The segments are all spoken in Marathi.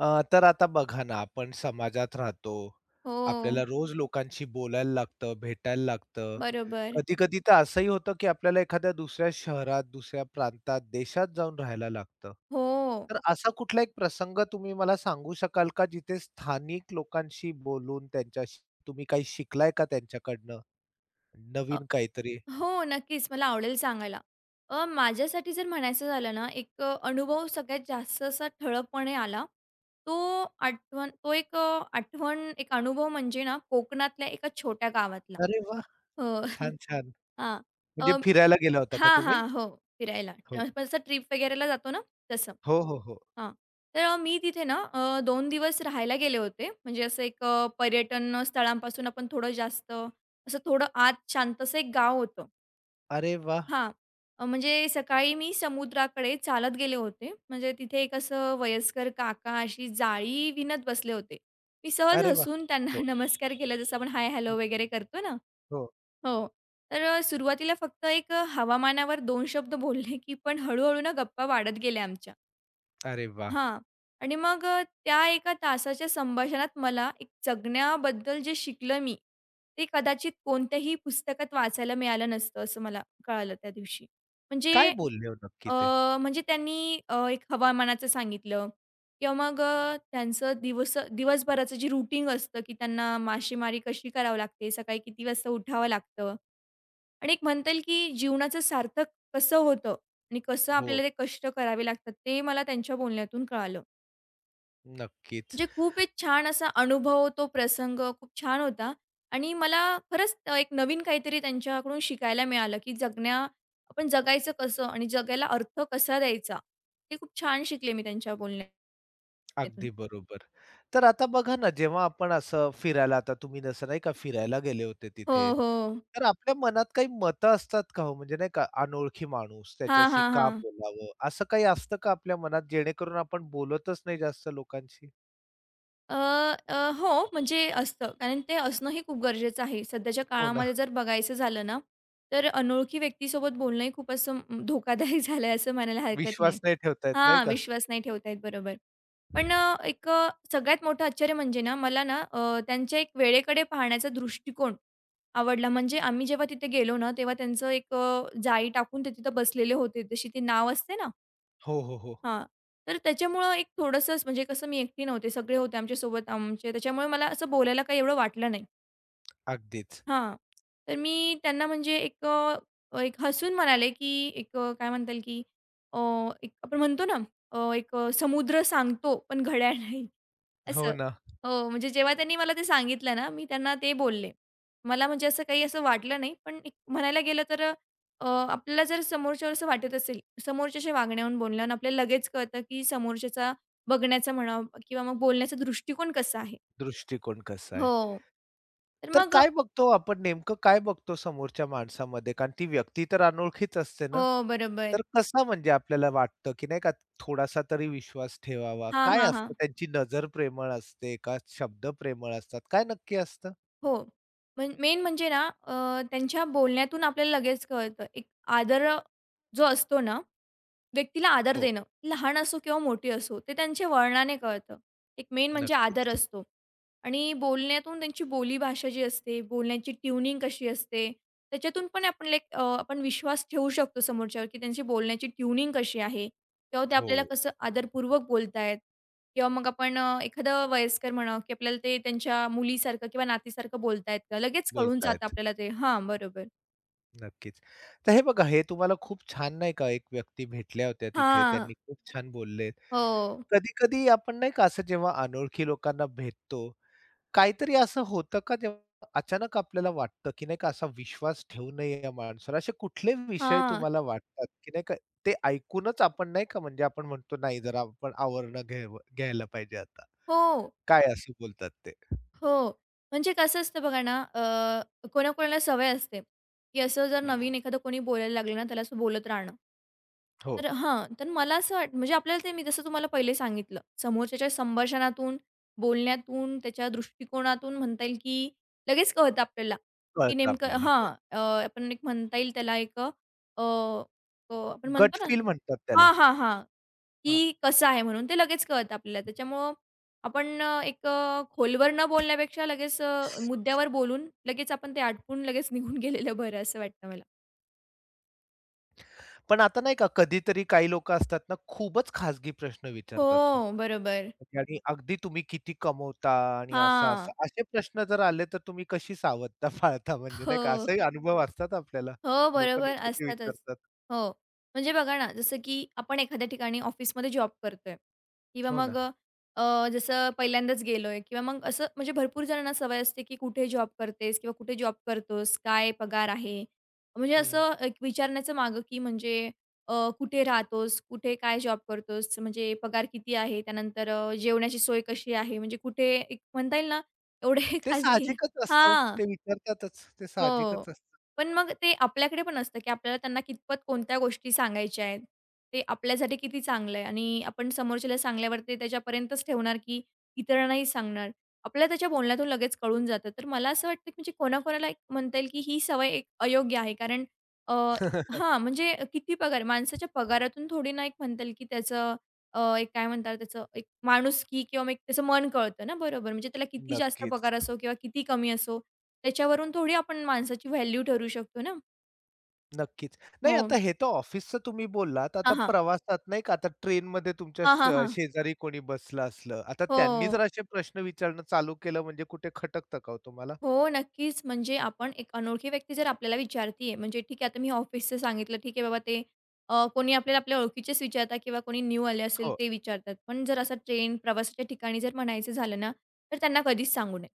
तर आता बघा ना, आपण समाजात राहतो. हो, आपल्याला रोज लोकांशी बोलायला लागतं, भेटायला लागतं. बरोबर. कधी-कधी तर असंही होतं, की आपल्याला एखाद्या दुसऱ्या शहरात, दुसऱ्या प्रांतात, देशात जाऊन राहायला लागतं. हो. तर असा कुठला एक प्रसंग तुम्ही मला सांगू शकाल का, जिथे स्थानिक लोकांशी बोलून त्यांच्याशी तुम्ही काही शिकलाय का त्यांच्याकडनं अ, नवीन काहीतरी? हो, नक्कीच मला आवडेल सांगायला. माझ्यासाठी जर म्हणायचं झालं ना, एक अनुभव सगळ्यात जास्त असा ठळकपणे आला. तो आठवण तो एक अ, आठवण एक अनुभव म्हणजे ना, कोकणातल्या एका छोट्या गावातला. अरे वाह! हो, छान, छान. हां. अ, म्हणजे फिरायला गेला होता का हां, तुम्ही? हां. हो, फिरायला. हो. आपण असं ट्रिप वगैरेला जातो ना, तसं. हो, हो, हो. हां. तर मी तिथे ना 2 दिवस राहायला गेले होते. म्हणजे असं एक पर्यटन स्थळांपासून आपण थोडं जास्त असं थोडं आत शांतसं एक गाव होतं. अरे वाह! हां. म्हणजे सकाळी मी समुद्राकडे चालत गेले होते. म्हणजे तिथे एक असं वयस्कर काका अशी जाळी विणत बसले होते. मी सहज अरे वाह! हसून त्यांना हो. नमस्कार केला, जसं आपण हाय, हॅलो वगैरे करतो ना, हो. हो. तर सुरुवातीला फक्त एक हवामानावर 2 शब्द बोलले, की पण हळू-हळू ना गप्पा वाढत गेल्या आमच्या. अरे वाह! हां. आणि मग त्या एका तासाच्या संभाषणात मला एक जगण्याबद्दल जे शिकलं मी, ते कदाचित कोणत्याही पुस्तकात वाचायला मिळालं नसतं असं मला कळालं त्या दिवशी. काय म्हणजे बोलले हो नक्की अ, ते? म्हणजे त्यांनी एक हवामानाचं सांगितलं किंवा मग त्यांचं दिवसभराचं जे रूटीन असतं, की त्यांना मासेमारी कशी करावं लागते, सकाळी किती वाजता उठावं लागतं. आणि एक म्हणता येईल की जीवनाचं सार्थक कसं होतं आणि कसं आपल्याला हो, ते कष्ट करावे लागतात, ते मला त्यांच्या बोलण्यातून कळालं. नक्कीच. म्हणजे खूप एक छान असा अनुभव, तो प्रसंग खूप छान होता आणि मला खरंच एक नवीन काहीतरी त्यांच्याकडून शिकायला मिळालं, की आपण जगायचं कसं आणि जगाला अर्थ कसा द्यायचा. ते खूप छान शिकले मी त्यांच्या बोलण्यातून. अगदी बरोबर. तर आता बघा ना, जेव्हा आपण असं फिरायला आता तुम्ही जसं नाही का फिरायला गेले होते हो, तिथे, हो. तर आपल्या मनात काही मतं असतात का हो? म्हणजे नाही का अनोळखी माणूस, हां, त्याच्याशी हां, का हां. बोलावं? असं काही असतं का आपल्या मनात जेणेकरून आपण बोलतच नाही जास्त लोकांशी? अ, अ, हो, म्हणजे असतं. कारण ते असणं हे खूप गरजेचं आहे. सध्याच्या हो ना. काळामध्ये जर बघायचं झालं ना, तर अनोळखी व्यक्तीसोबत बोलणंही खूप असं धोकादायक झालंय असं म्हणायला हरकत नाही. विश्वास नाही ठेवता नाही हां, का? विश्वास नाही ठेवता येत, बरोबर. पण एक सगळ्यात मोठं आश्चर्य म्हणजे ना, मला ना त्यांच्या एक वेळेकडे पाहण्याचा दृष्टिकोन आवडला. म्हणजे आम्ही जेव्हा तिथे गेलो ना, तेव्हा त्यांचं एक जाळी टाकून ते तिथं बसलेले होते. जशी ते नाव असते ना. हो, हो, हो. हां. तर त्याच्यामुळं एक थोडंसंच म्हणजे कसं मी एकटी नव्हते, सगळे होते आमच्यासोबत आमचे. त्याच्यामुळे मला असं बोलायला काही एवढं वाटलं नाही. अगदीच. हां. तर मी त्यांना म्हणजे एक हसून म्हणाले, की काय म्हणता येईल, की अ, एक आपण म्हणतो ना, एक समुद्र सांगतो पण घड्याळ नाही हो असं. ना. हो, म्हणजे जेव्हा त्यांनी मला ते सांगितलं ना, मी त्यांना ते बोलले. मला म्हणजे असं काही असं वाटलं नाही, पण एक म्हणायला गेलं तर अ, अ, आपल्याला जर समोरच्यावर असं वाटत असेल, समोरच्याशी वागण्याहून बोलण्याहून आपल्याला लगेच कळतं, की समोरच्याचा बघण्याचा म्हणा किंवा मग बोलण्याचा दृष्टिकोन कसा आहे. दृष्टिकोन कसा आहे? हो, तर तर मग काय बघतो आपण नेमकं काय बघतो समोरच्या माणसामध्ये? कारण ती व्यक्ती तर अनोळखीच असते हो, ना. तर बरोबर. कसा म्हणजे आपल्याला वाटतं, की नाही का थोडासा तरी विश्वास ठेवावा. हां, काय हां, असतं हां. त्यांची नजर प्रेमळ असते का शब्द प्रेमळ असतात? काय नक्की असतं? हो. मेन म्हणजे ना, त्यांच्या बोलण्यातून आपल्याला लगेच कळतं. एक आदर जो असतो ना, व्यक्तीला आदर हो, देणं, लहान असो किंवा मोठी असो, ते त्यांच्या वळणाने कळतं. एक मेन म्हणजे आदर नक्कीच. असतो आणि बोलण्यातून त्यांची बोलीभाषा जी असते, बोलण्याची ट्यूनिंग कशी असते, त्याच्यातून पण आपण विश्वास ठेवू शकतो समोरच्यावर, की त्यांची बोलण्याची ट्यूनिंग कशी आहे किंवा ते हो, आपल्याला कसं आदरपूर्वक बोलतायत. किंवा मग आपण एखादं वयस्कर म्हणा, की आपल्याला ते त्यांच्या मुलीसारखं किंवा नातीसारखं बोलतायत का? लगेच कळून जातं बोलतायत. आपल्याला ते. हां, बरोबर. नक्कीच. तर हे बघा हे तुम्हाला खूप छान नाही का एक व्यक्ती भेटल्या होत्या तिथे हां. त्यांनी खूप छान बोलले. हो. कधी-कधी आपण नाही का असं जेव्हा अनोळखी लोकांना भेटतो, काहीतरी असं होतं का जेव्हा अचानक आपल्याला वाटतं, की नाही का असा विश्वास ठेवू नये या माणसावर. असे कुठले विषय हां. तुम्हाला वाटतात, की नाही का ते ऐकूनच आपण नाही का म्हणजे आपण म्हणतो नाही जरा आपण आवरणं घ्यायला पाहिजे आता. हो. काय असं बोलतात ते? हो. म्हणजे कसं असतं बघा ना, कोणाकोणाला सवय असते, की असं जर नवीन एखादं कोणी बोलायला लागलं ना, त्याला असं बोलत राहणं. हो, तर हां, तर मला असं म्हणजे आपल्याला ते मी जसं तुम्हाला पहिले सांगितलं, समोरच्याच्या संभाषणातून, बोलण्यातून, त्याच्या दृष्टिकोनातून म्हणता येईल, की लगेच कळतं आपल्याला, की कळतं नेमकं आपल्याला. हो. आपण एक म्हणता येईल त्याला एक अ, अ, आपण गट म्हणतो ना. फील म्हणतात त्याला. हां, हां, हां. हां. की कसं आहे म्हणून ते लगेच कळतं आपल्याला. त्याच्यामुळं आपण एक खोलवर न बोलण्यापेक्षा लगेच मुद्द्यावर बोलून लगेच आपण ते आटपून लगेच निघून गेलेलं बरं असं वाटतं मला. पण आता नाही का कधीतरी काही लोक असतात ना, खूपच खाजगी प्रश्न विचारतात हो. हो, बरोबर. आणि अगदी तुम्ही किती कमवता आणि हां. असा-असा. असे प्रश्न जर आले तर तुम्ही कशी सावधता पाळता म्हणजे नाही का हो. असेही अनुभव असतात आपल्याला. हो, लोक बरोबर नको ते असतातच. विचारतात. हो. म्हणजे बघा ना, जसं की आपण एखाद्या ठिकाणी ऑफिसमध्ये जॉब करतोय किंवा हो मग ना. अ, अ, जसं पहिल्यांदाच गेलोय किंवा मग असं म्हणजे भरपूर जणांना सवय असते, की कुठे जॉब करतेस किंवा कुठे जॉब करतोस? काय पगार आहे? म्हणजे हं. असं एक विचारण्याचं मागं, की म्हणजे अ, कुठे राहतोस? कुठे काय जॉब करतोस? म्हणजे पगार किती आहे? त्यानंतर जेवणाची सोय कशी आहे? म्हणजे कुठे एक म्हणता येईल ना, एवढे ते खाजगी. साहजिकच असतं हो. हां. ते विचारतातच. ते हो. साहजिकच असतं. पण मग ते आपल्याकडे पण असतं, की आपल्याला त्यांना कितपत कोणत्या गोष्टी सांगायच्या आहेत. ते आपल्यासाठी किती चांगलं आहे आणि आपण समोरच्याला सांगल्यावर ते त्याच्यापर्यंतच ठेवणार, की इतरांनाही सांगणार. आपल्याला त्याच्या बोलण्यातून लगेच कळून जातं. तर मला असं वाटतं, की म्हणजे कोणाकोणाला एक म्हणता येईल, की ही सवय एक अयोग्य आहे. कारण अ, म्हणजे किती पगार माणसाच्या पगारातून थोडी ना एक म्हणता येईल, की त्याचं एक काय म्हणतात त्याचं एक माणुसकी किंवा मग एक त्याचं मन कळतं ना, बरोबर. म्हणजे त्याला किती जास्त नक्कीच. पगार असो किंवा किती कमी असो, त्याच्यावरून थोडी आपण माणसाची व्हॅल्यू ठरवू शकतो ना. नक्कीच. नाही हो. आता हे तर ऑफिसचं तुम्ही बोललात. हां, आता हां. प्रवासात नाही का आता ट्रेनमध्ये तुमच्या हां, हां, हां. शेजारी कोणी बसलं असलं. आता त्यांनी हो. जर असे प्रश्न विचारणं चालू केलं म्हणजे कुठे खटकतं का हो तुम्हाला? हो, नक्कीच. म्हणजे आपण एक अनोळखी व्यक्ती जर आपल्याला विचारतीये म्हणजे ठीक आहे, आता मी ऑफिसचं सांगितलं, ठीक आहे बाबा, ते कोणी आपल्याला आपल्या ओळखीचेच विचारतात किंवा कोणी न्यू आले असेल हो, ते विचारतात. पण जर असा ट्रेन, प्रवासाच्या ठिकाणी जर म्हणायचं झालं ना, तर त्यांना कधीच सांगू नये.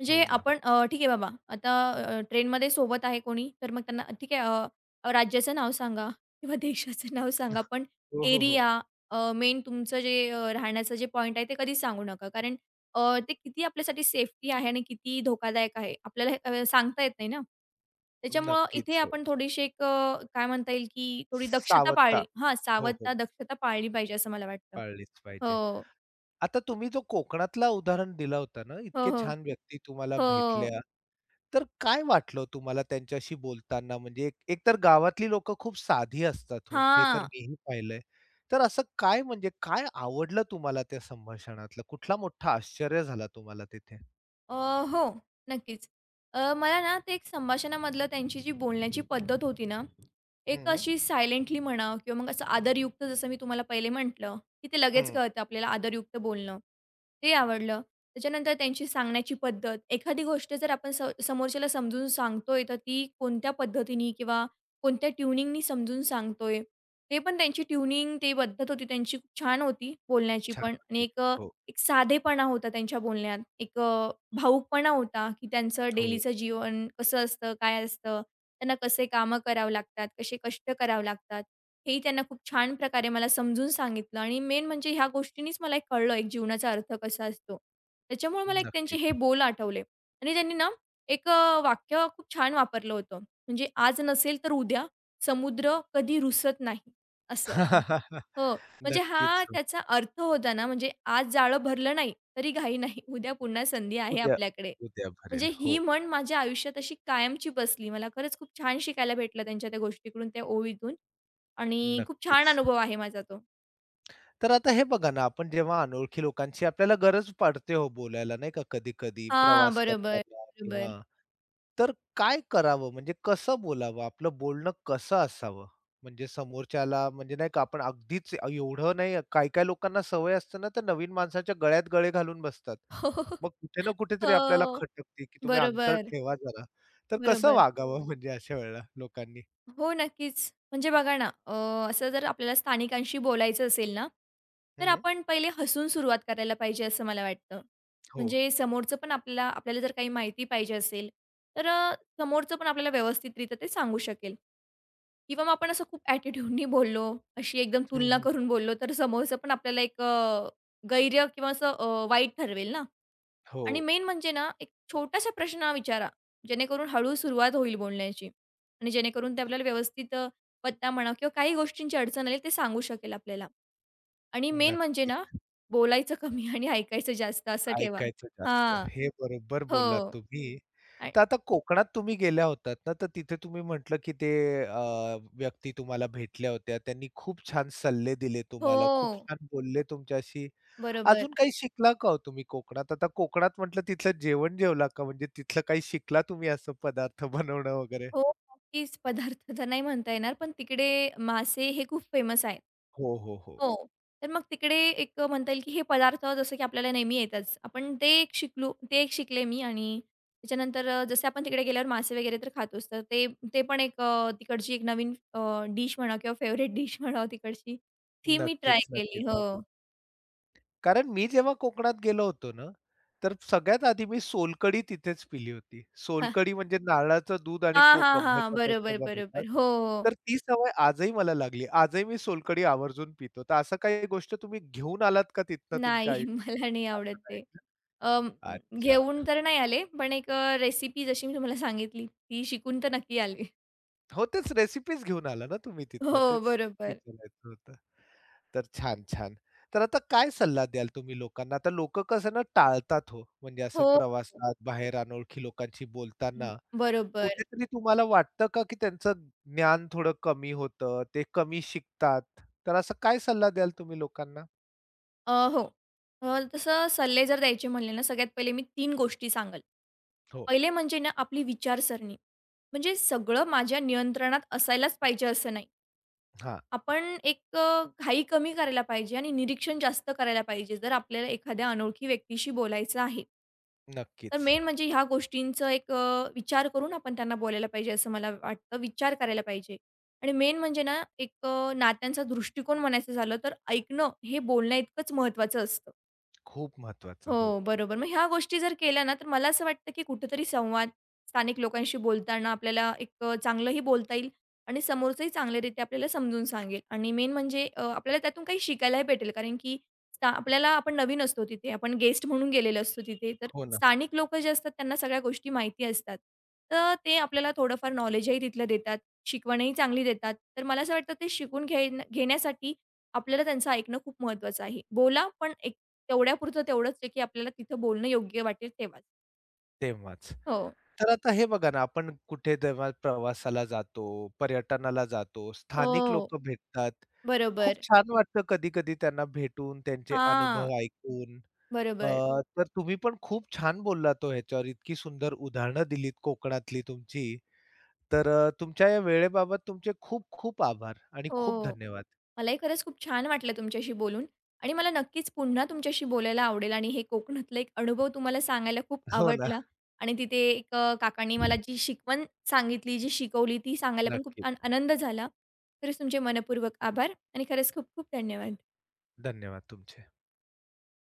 म्हणजे हो ना. आपण ठीक आहे बाबा, आता ट्रेनमध्ये सोबत आहे कोणी, तर मग त्यांना ठीक आहे, अ, अ, राज्याचं नाव सांगा किंवा देशाचं नाव सांगा, पण हो, हो, हो. एरिया, मेन तुमचं जे राहण्याचं जे पॉइंट आहे, ते कधीच सांगू नका. कारण अ, ते किती आपल्यासाठी सेफ्टी आहे आणि किती धोकादायक आहे, आपल्याला हे सांगता येत नाही ना. त्याच्यामुळं इथे नक्कीच हो. आपण थोडीशी एक काय म्हणता येईल, की थोडी दक्षता पाळली, सावधता. हां, हो, हो. सावधता, दक्षता पाळली पाहिजे असं मला वाटतं. पाळलीच पाहिजे. हो. आता तुम्ही जो कोकणातला उदाहरण दिला होता ना, हो, इतके हो. छान व्यक्ती तुम्हाला हो. भेटल्या. तर काय वाटलं तुम्हाला त्यांच्याशी बोलताना? म्हणजे एक एकतर गावातली लोकं खूप साधी असतात हो, हे तर हां. मीही पाहिलंय. तर असं काय म्हणजे काय आवडलं तुम्हाला त्या संभाषणातलं? कुठला मोठा आश्चर्य झाला तुम्हाला तिथे? अ, हो, नक्कीच. मला ना ते एक संभाषणामधलं त्यांची जी बोलण्याची पद्धत होती ना, एक हं, अशी सायलेंटली म्हणा किंवा मग असं आदरयुक्त जसं मी तुम्हाला पहिले म्हटलं, की ते लगेच हं. कळतं आपल्याला आदरयुक्त बोलणं. ते आवडलं. त्याच्यानंतर त्यांची सांगण्याची पद्धत. एखादी गोष्ट जर आपण समोरच्याला समजून सांगतोय, तर ती कोणत्या पद्धतीने किंवा कोणत्या ट्युनिंगनी समजून सांगतोय. ते पण त्यांची ट्युनिंग, ती पद्धत होती त्यांची खूप छान होती बोलण्याची छान पण, आणि होती. एक अ, हो, एक साधेपणा होता त्यांच्या बोलण्यात. एक भावूकपणा होता, की त्यांचं हो. डेलीचं जीवन कसं असतं, काय असतं, त्यांना कसे कामं करावं लागतात, कसे कष्ट करावे लागतात. हे ही त्यांना खूप छान प्रकारे मला समजून सांगितलं, आणि मेन म्हणजे ह्या गोष्टींनीच मला एक कळलं, एक जीवनाचा अर्थ कसा असतो. त्याच्यामुळे मला एक त्यांचे हे नक्कीच. बोल आठवले आणि त्यांनी ना एक वाक्य खूप छान वापरलं होतं. म्हणजे आज नसेल तर उद्या समुद्र कधी रुसत नाही असं. हो, म्हणजे नक्कीच. हा हो. त्याचा अर्थ होता ना, म्हणजे आज जाळं भरलं नाही, तरी घाई नाही. उद्या पुन्हा संधी आहे उद्या आपल्याकडे. उद्या म्हणजे भरेल. ही हो, म्हण माझ्या आयुष्यात अशी कायमची बसली. मला खरंच खूप छान शिकायला भेटलं त्यांच्या त्या गोष्टीकडून, त्या ओवीतून, आणि खूप छान नक्कीच. अनुभव आहे माझा तो. तर आता हे बघा ना, आपण जेव्हा अनोळखी लोकांची आपल्याला गरज पडते हो बोलायला नाही का कधी-कधी हां, प्रवास बरोबर, करताना बरोबर. किंवा तर काय करावं? म्हणजे कसं बोलावं? आपलं बोलणं कसं असावं? म्हणजे समोरच्याला म्हणजे नाही का आपण अगदीच एवढं नाही काय काय लोकांना सवय असते ना, तर नवीन माणसाच्या गळ्यात गळे घालून बसतात. हो. मग कुठे ना कुठेतरी आपल्याला हो. खटकते, की तुम्ही अंतर बरोबर, ठेवा जरा. तर कसं बरोबर. वागावं म्हणजे अशा वेळेला लोकांनी? हो, नक्कीच. म्हणजे बघा ना, असं जर आपल्याला स्थानिकांशी बोलायचं असेल ना, तर हं. आपण पहिले हसून सुरुवात करायला पाहिजे असं मला वाटतं. हो. म्हणजे समोरचं पण आपल्याला आपल्याला जर काही माहिती पाहिजे असेल, तर समोरचं पण आपल्याला व्यवस्थितरित्या ते सांगू शकेल किंवा मग आपण असं खूप ॲटिट्यूडनी बोललो, अशी एकदम हं, तुलना हं. करून बोललो, तर समोरचं पण आपल्याला एक गैर किंवा असं वाईट ठरवेल ना. हो. आणि मेन म्हणजे ना, एक छोटासा प्रश्न विचारा, जेणेकरून हळू सुरुवात होईल बोलण्याची आणि जेणेकरून ते आपल्याला व्यवस्थित पत्ता म्हणा किंवा काही गोष्टींची अडचण आली ते सांगू शकेल आपल्याला. आणि मेन म्हणजे ना, नक्कीच. बोलायचं कमी आणि ऐकायचं जास्त असं ठेवा. ऐकायचं जास्त. हां. हे बरोबर बोललात हो. तुम्ही. आ तर आता कोकणात तुम्ही गेल्या होतात ना, तर तिथे तुम्ही म्हटलं, की ते व्यक्ती तुम्हाला भेटल्या होत्या. त्यांनी खूप छान सल्ले दिले हो. तुम्हाला, खूप छान बोलले तुमच्याशी. बरोबर. अजून काही शिकला का हो तुम्ही कोकणात? आता कोकणात म्हटलं तिथलं जेवण जेवला का? म्हणजे तिथलं काही शिकला तुम्ही असं पदार्थ बनवणं वगैरे? हो, नक्कीच. पदार्थ तर नाही म्हणता येणार, पण तिकडे मासे हे खूप फेमस आहे. हो, हो, हो. हो. तर मग तिकडे एक म्हणता येईल की हे पदार्थ जसं की आपल्याला नेहमी येतच. आपण ते एक शिकले मी, आणि त्याच्यानंतर जसे आपण तिकडे गेल्यावर मासे वगैरे तर खातोच. तर ते ते पण एक तिकडची एक नवीन डिश म्हणा किंवा फेव्हरेट डिश म्हणा तिकडची, ती मी ट्राय नक्कीच, केली. नक्कीच. हो. कारण मी जेव्हा कोकणात गेलो होतो ना, तर सगळ्यात आधी मी सोलकढी तिथेच पिली होती. हां. सोलकढी म्हणजे नारळाचं दूध आणि हां, हां, कोकम हां. ह्याच्यापासून बरोबर, बनवतात. बरोबर. हो, हो. तर ती सवय आजही मला लागली. आजही मी सोलकढी आवर्जून पितो. तर असं काही गोष्ट तुम्ही घेऊन आलात का तिथनं तुमच्या नाही, मला नाही आयुष्यात आवडत असं काही ते. अं, का? अच्छा. घेऊन तर नाही आले, पण एक रेसिपी जशी मी तुम्हाला सांगितली, ती शिकून तर नक्की आली. हो, तेच रेसिपीज घेऊन आला ना तुम्ही तिथनं. हो, तेच बरोबर. विचारायचं होतं. तर छान, छान. तर आता काय सल्ला द्याल तुम्ही लोकांना? आता लोकं कसं ना टाळतात हो, म्हणजे असं हो. प्रवासात बाहेर अनोळखी लोकांशी हं, बोलताना. बरोबर. कुठेतरी तुम्हाला वाटतं का, की त्यांचं ज्ञान थोडं कमी होतं, ते कमी शिकतात. तर असा काय सल्ला द्याल तुम्ही लोकांना? हो. तसं सल्ले जर द्यायचे म्हणले ना, सगळ्यात पहिले मी 3 गोष्टी सांगेल. हो. पहिले म्हणजे ना, आपली विचारसरणी. म्हणजे सगळं माझ्या नियंत्रणात असायलाच पाहिजे असं नाही. हां, आपण एक घाई कमी करायला पाहिजे आणि निरीक्षण जास्त करायला पाहिजे, जर आपल्याला एखाद्या अनोळखी व्यक्तीशी बोलायचं आहे. तर नक्कीच. मेन म्हणजे ह्या गोष्टींचं एक विचार करून आपण त्यांना बोलायला पाहिजे, असं मला वाटतं. विचार करायला पाहिजे, आणि मेन म्हणजे ना, एक नात्यांचा दृष्टिकोन म्हणायचं झालं, तर ऐकणं हे बोलण्याइतकंच महत्त्वाचं असतं. खूप महत्वाचं. हो. हो, बरोबर. मग ह्या गोष्टी जर केल्या ना, तर मला असं वाटतं, की कुठेतरी संवाद स्थानिक लोकांशी बोलताना आपल्याला एक चांगलंही बोलता येईल आणि समोरचंही चांगल्यारीत्या आपल्याला समजून सांगेल आणि मेन म्हणजे आपल्याला त्यातून काही शिकायलाही भेटेल. कारण की स्था आपल्याला आपण नवीन असतो तिथे, आपण गेस्ट म्हणून गेलेलो असतो तिथे. तर हो ना, स्थानिक लोकं जे असतात, त्यांना सगळ्या गोष्टी माहिती असतात. तर ते आपल्याला थोडंफार नॉलेजही तिथलं देतात, शिकवणही चांगली देतात. तर मला असं वाटतं, ते शिकून घेण्यासाठी आपल्याला त्यांचं ऐकणं खूप महत्त्वाचं आहे. बोला, पण तेवढ्यापुरतं, तेवढंच आहे, की आपल्याला तिथं बोलणं योग्य वाटेल तेव्हाच. तेव्हाच. हो, तर आता हे बघा ना, आपण कुठे जेव्हा प्रवासाला जातो, पर्यटनाला जातो, स्थानिक हो. लोकं भेटतात. खूप बरोबर. छान वाटतं कधी-कधी त्यांना भेटून, त्यांचे अनुभव हां. ऐकून. बरोबर. अ, तर तुम्ही पण खूप छान बोललात हो ह्याच्यावर. इतकी सुंदर उदाहरणं दिलीत कोकणातली तुमची. तर तुमच्या या वेळेबाबत तुमचे खूप खूप आभार आणि खूप हो. धन्यवाद. मलाही खरंच खूप छान वाटलं तुमच्याशी बोलून आणि मला नक्कीच पुन्हा तुमच्याशी बोलायला आवडेल आणि हे कोकणातला एक अनुभव तुम्हाला सांगायला खूप हो ना. आवडला आणि तिथे एक काकांनी मला जी शिकवण सांगितली, जी शिकवली ती सांगायला पण खूप छान नक्कीच. आनंद झाला. खरंच तुमचे मनःपूर्वक आभार आणि खरंच खूप खूप धन्यवाद. धन्यवाद तुमचे.